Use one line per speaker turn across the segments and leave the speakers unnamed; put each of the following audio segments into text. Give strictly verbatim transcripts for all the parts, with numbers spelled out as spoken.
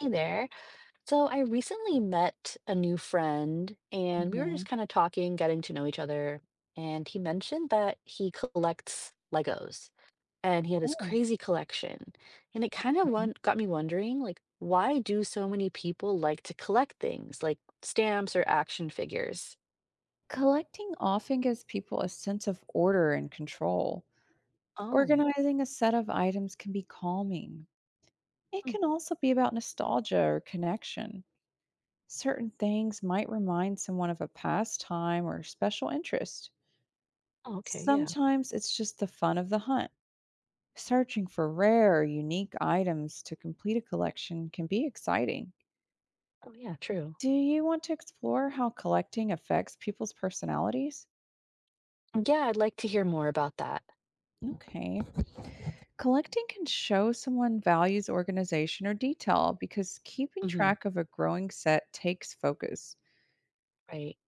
Hey there. So I recently met a new friend and we were just
Mhm.
kind of talking, getting to know each other. And he mentioned that he collects Legos and he had this
Oh,
crazy collection. And it kind of
okay.
won- got me wondering, like, why do so many people like to collect things like stamps or action figures?
Collecting often gives people a sense of order and control.
Oh,
Organizing a set of items can be calming. It
hmm.
can also be about nostalgia or connection. Certain things might remind someone of a past time or special interest.
Oh, okay. Yeah.
Sometimes it's just the fun of the hunt. Searching for rare or unique items to complete a collection can be exciting.
Oh, yeah, true.
Do you want to explore how collecting affects people's personalities?
Yeah, I'd like to hear more about that.
Okay. Collecting can show someone values organization or detail because keeping
Hmm.
track of a growing set takes focus.
Right.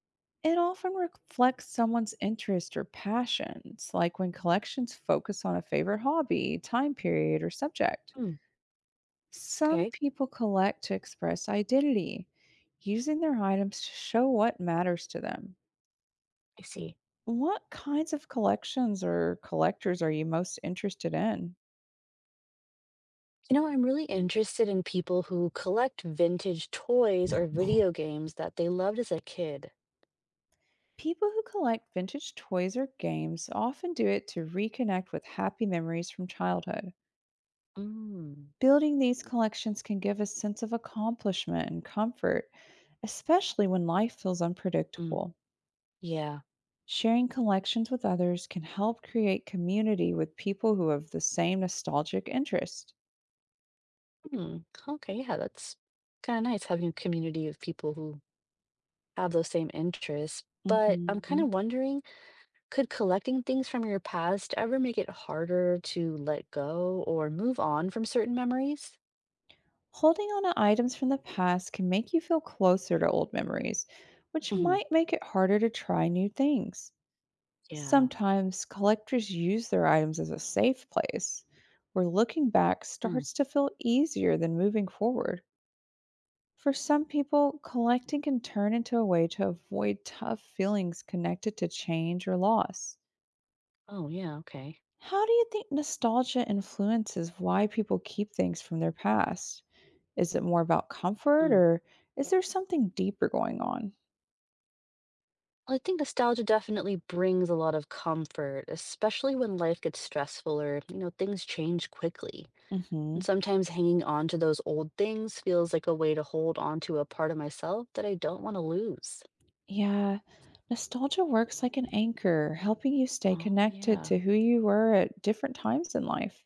It often reflects someone's interest or passions, like when collections focus on a favorite hobby, time period, or subject.
Hmm.
Some
Okay.
people collect to express identity, using their items to show what matters to them.
I see.
What kinds of collections or collectors are you most interested in?
You know, I'm really interested in people who collect vintage toys or video games that they loved as a kid.
People who collect vintage toys or games often do it to reconnect with happy memories from childhood.
Mm.
Building these collections can give a sense of accomplishment and comfort, especially when life feels
Mm,
unpredictable.
yeah.
Sharing collections with others can help create community with people who have the same nostalgic interest.
Hmm. Okay, yeah, that's kind of nice having a community of people who have those same interests. But I'm kind
Mhm.
of wondering, could collecting things from your past ever make it harder to let go or move on from certain memories?
Holding on to items from the past can make you feel closer to old memories, which
Hmm.
might make it harder to try new things.
Yeah.
Sometimes collectors use their items as a safe place where looking back
Mm.
starts to feel easier than moving forward. For some people, collecting can turn into a way to avoid tough feelings connected to change or loss.
Oh, yeah. Okay.
How do you think nostalgia influences why people keep things from their past? Is it more about comfort
Mm.
or is there something deeper going on?
I think nostalgia definitely brings a lot of comfort, especially when life gets stressful or, you know, things change quickly. And
hmm
sometimes hanging on to those old things feels like a way to hold on to a part of myself that I don't want to lose.
Yeah. Nostalgia works like an anchor, helping you stay
Oh,
connected
yeah.
to who you were at different times in life.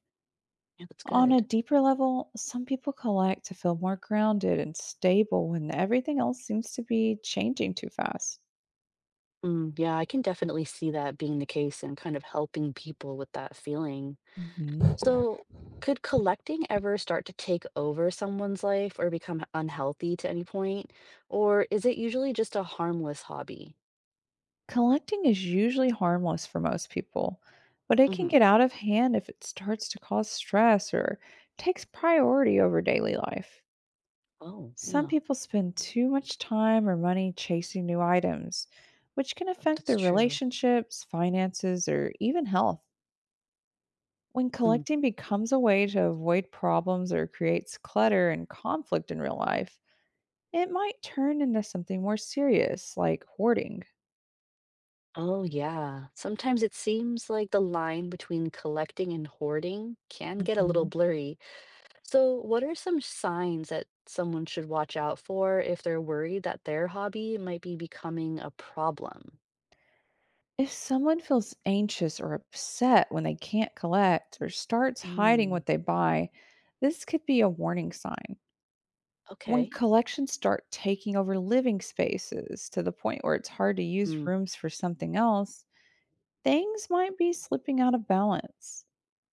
Yeah, that's
On a
good.
deeper level, some people collect to feel more grounded and stable when everything else seems to be changing too fast.
Mm, yeah, I can definitely see that being the case and kind of helping people with that feeling.
Hmm.
So, could collecting ever start to take over someone's life or become unhealthy to any point? Or is it usually just a harmless hobby?
Collecting is usually harmless for most people, but it can
Mhm.
get out of hand if it starts to cause stress or takes priority over daily life.
Oh,
Some
yeah,
people spend too much time or money chasing new items, which can affect
that's
their
true.
relationships, finances, or even health. When
Mm.
collecting becomes a way to avoid problems or creates clutter and conflict in real life, it might turn into something more serious, like hoarding.
Oh, yeah. Sometimes it seems like the line between collecting and hoarding can get a little
Mhm.
blurry. So, what are some signs that someone should watch out for if they're worried that their hobby might be becoming a problem?
If someone feels anxious or upset when they can't collect or starts hiding
Mm.
what they buy, this could be a warning sign. When
Okay.
collections start taking over living spaces to the point where it's hard to use
Mm.
rooms for something else, things might be slipping out of balance.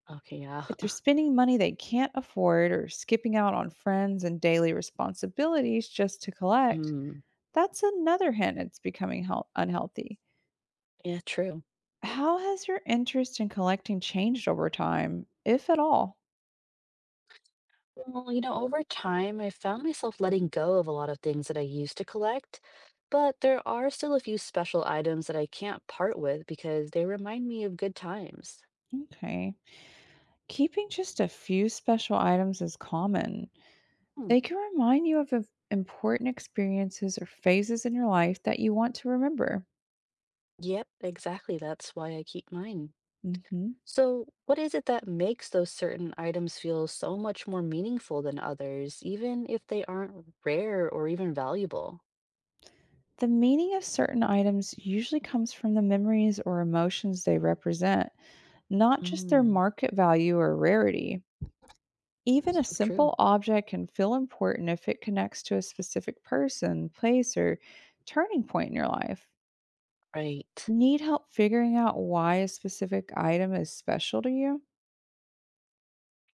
Okay, yeah.
If they're spending money they can't afford or skipping out on friends and daily responsibilities just to collect,
Mm.
that's another hint it's becoming health- unhealthy.
Yeah, true.
How has your interest in collecting changed over time, if at all?
Well, you know, over time, I found myself letting go of a lot of things that I used to collect, but there are still a few special items that I can't part with because they remind me of good times.
Okay. Keeping just a few special items is common.
Hmm.
They can remind you of of important experiences or phases in your life that you want to remember.
Yep, exactly. That's why I keep mine.
Hmm.
So, what is it that makes those certain items feel so much more meaningful than others, even if they aren't rare or even valuable?
The meaning of certain items usually comes from the memories or emotions they represent, not just their
Mm,
market value or rarity. Even a
so
simple
true.
object can feel important if it connects to a specific person, place, or turning point in your life.
Right.
Need help figuring out why a specific item is special to you?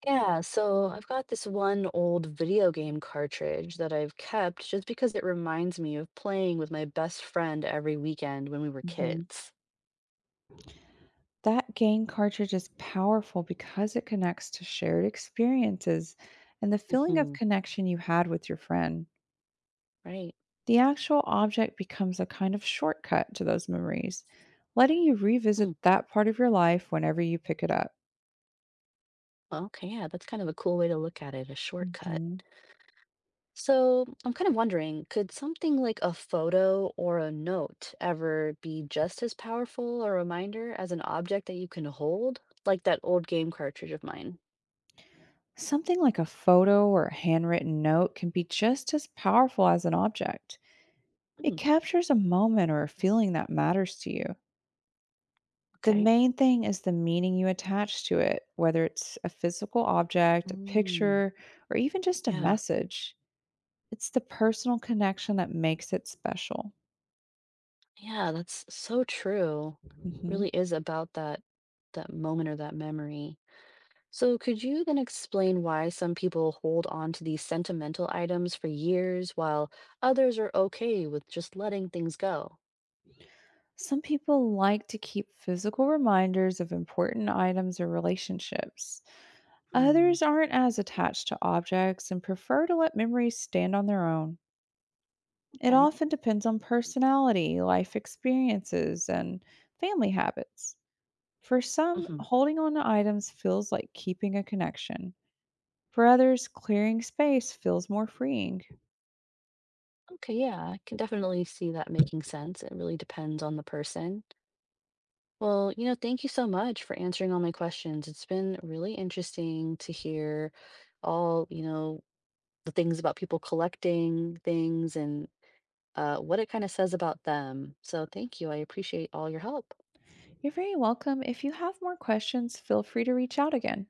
Yeah, so I've got this one old video game cartridge that I've kept just because it reminds me of playing with my best friend every weekend when we were kids.
That game cartridge is powerful because it connects to shared experiences and the feeling of
Hmm.
connection you had with your friend.
Right.
The actual object becomes a kind of shortcut to those memories, letting you revisit
Hmm.
that part of your life whenever you pick it up.
Well, okay, yeah, that's kind of a cool way to look at it, a shortcut.
Mhm.
So I'm kind of wondering, could something like a photo or a note ever be just as powerful a reminder as an object that you can hold? Like that old game cartridge of mine.
Something like a photo or a handwritten note can be just as powerful as an object.
Hmm,
It captures a moment or a feeling that matters to you. The
okay.
main thing is the meaning you attach to it, whether it's a physical object, a
Mm,
picture, or even just a
yeah.
message. It's the personal connection that makes it special.
Yeah, that's so true.
Mhm.
Really is about that that moment or that memory. So could you then explain why some people hold on to these sentimental items for years while others are okay with just letting things go?
Some people like to keep physical reminders of important items or relationships.
Mm,
Others aren't as attached to objects and prefer to let memories stand on their own. It
okay.
often depends on personality, life experiences, and family habits. For some,
Hmm.
holding on to items feels like keeping a connection. For others, clearing space feels more freeing.
Okay, yeah, I can definitely see that making sense. It really depends on the person. Well, you know, thank you so much for answering all my questions. It's been really interesting to hear all, you know, the things about people collecting things and uh, what it kind of says about them. So thank you. I appreciate all your help.
You're very welcome. If you have more questions, feel free to reach out again.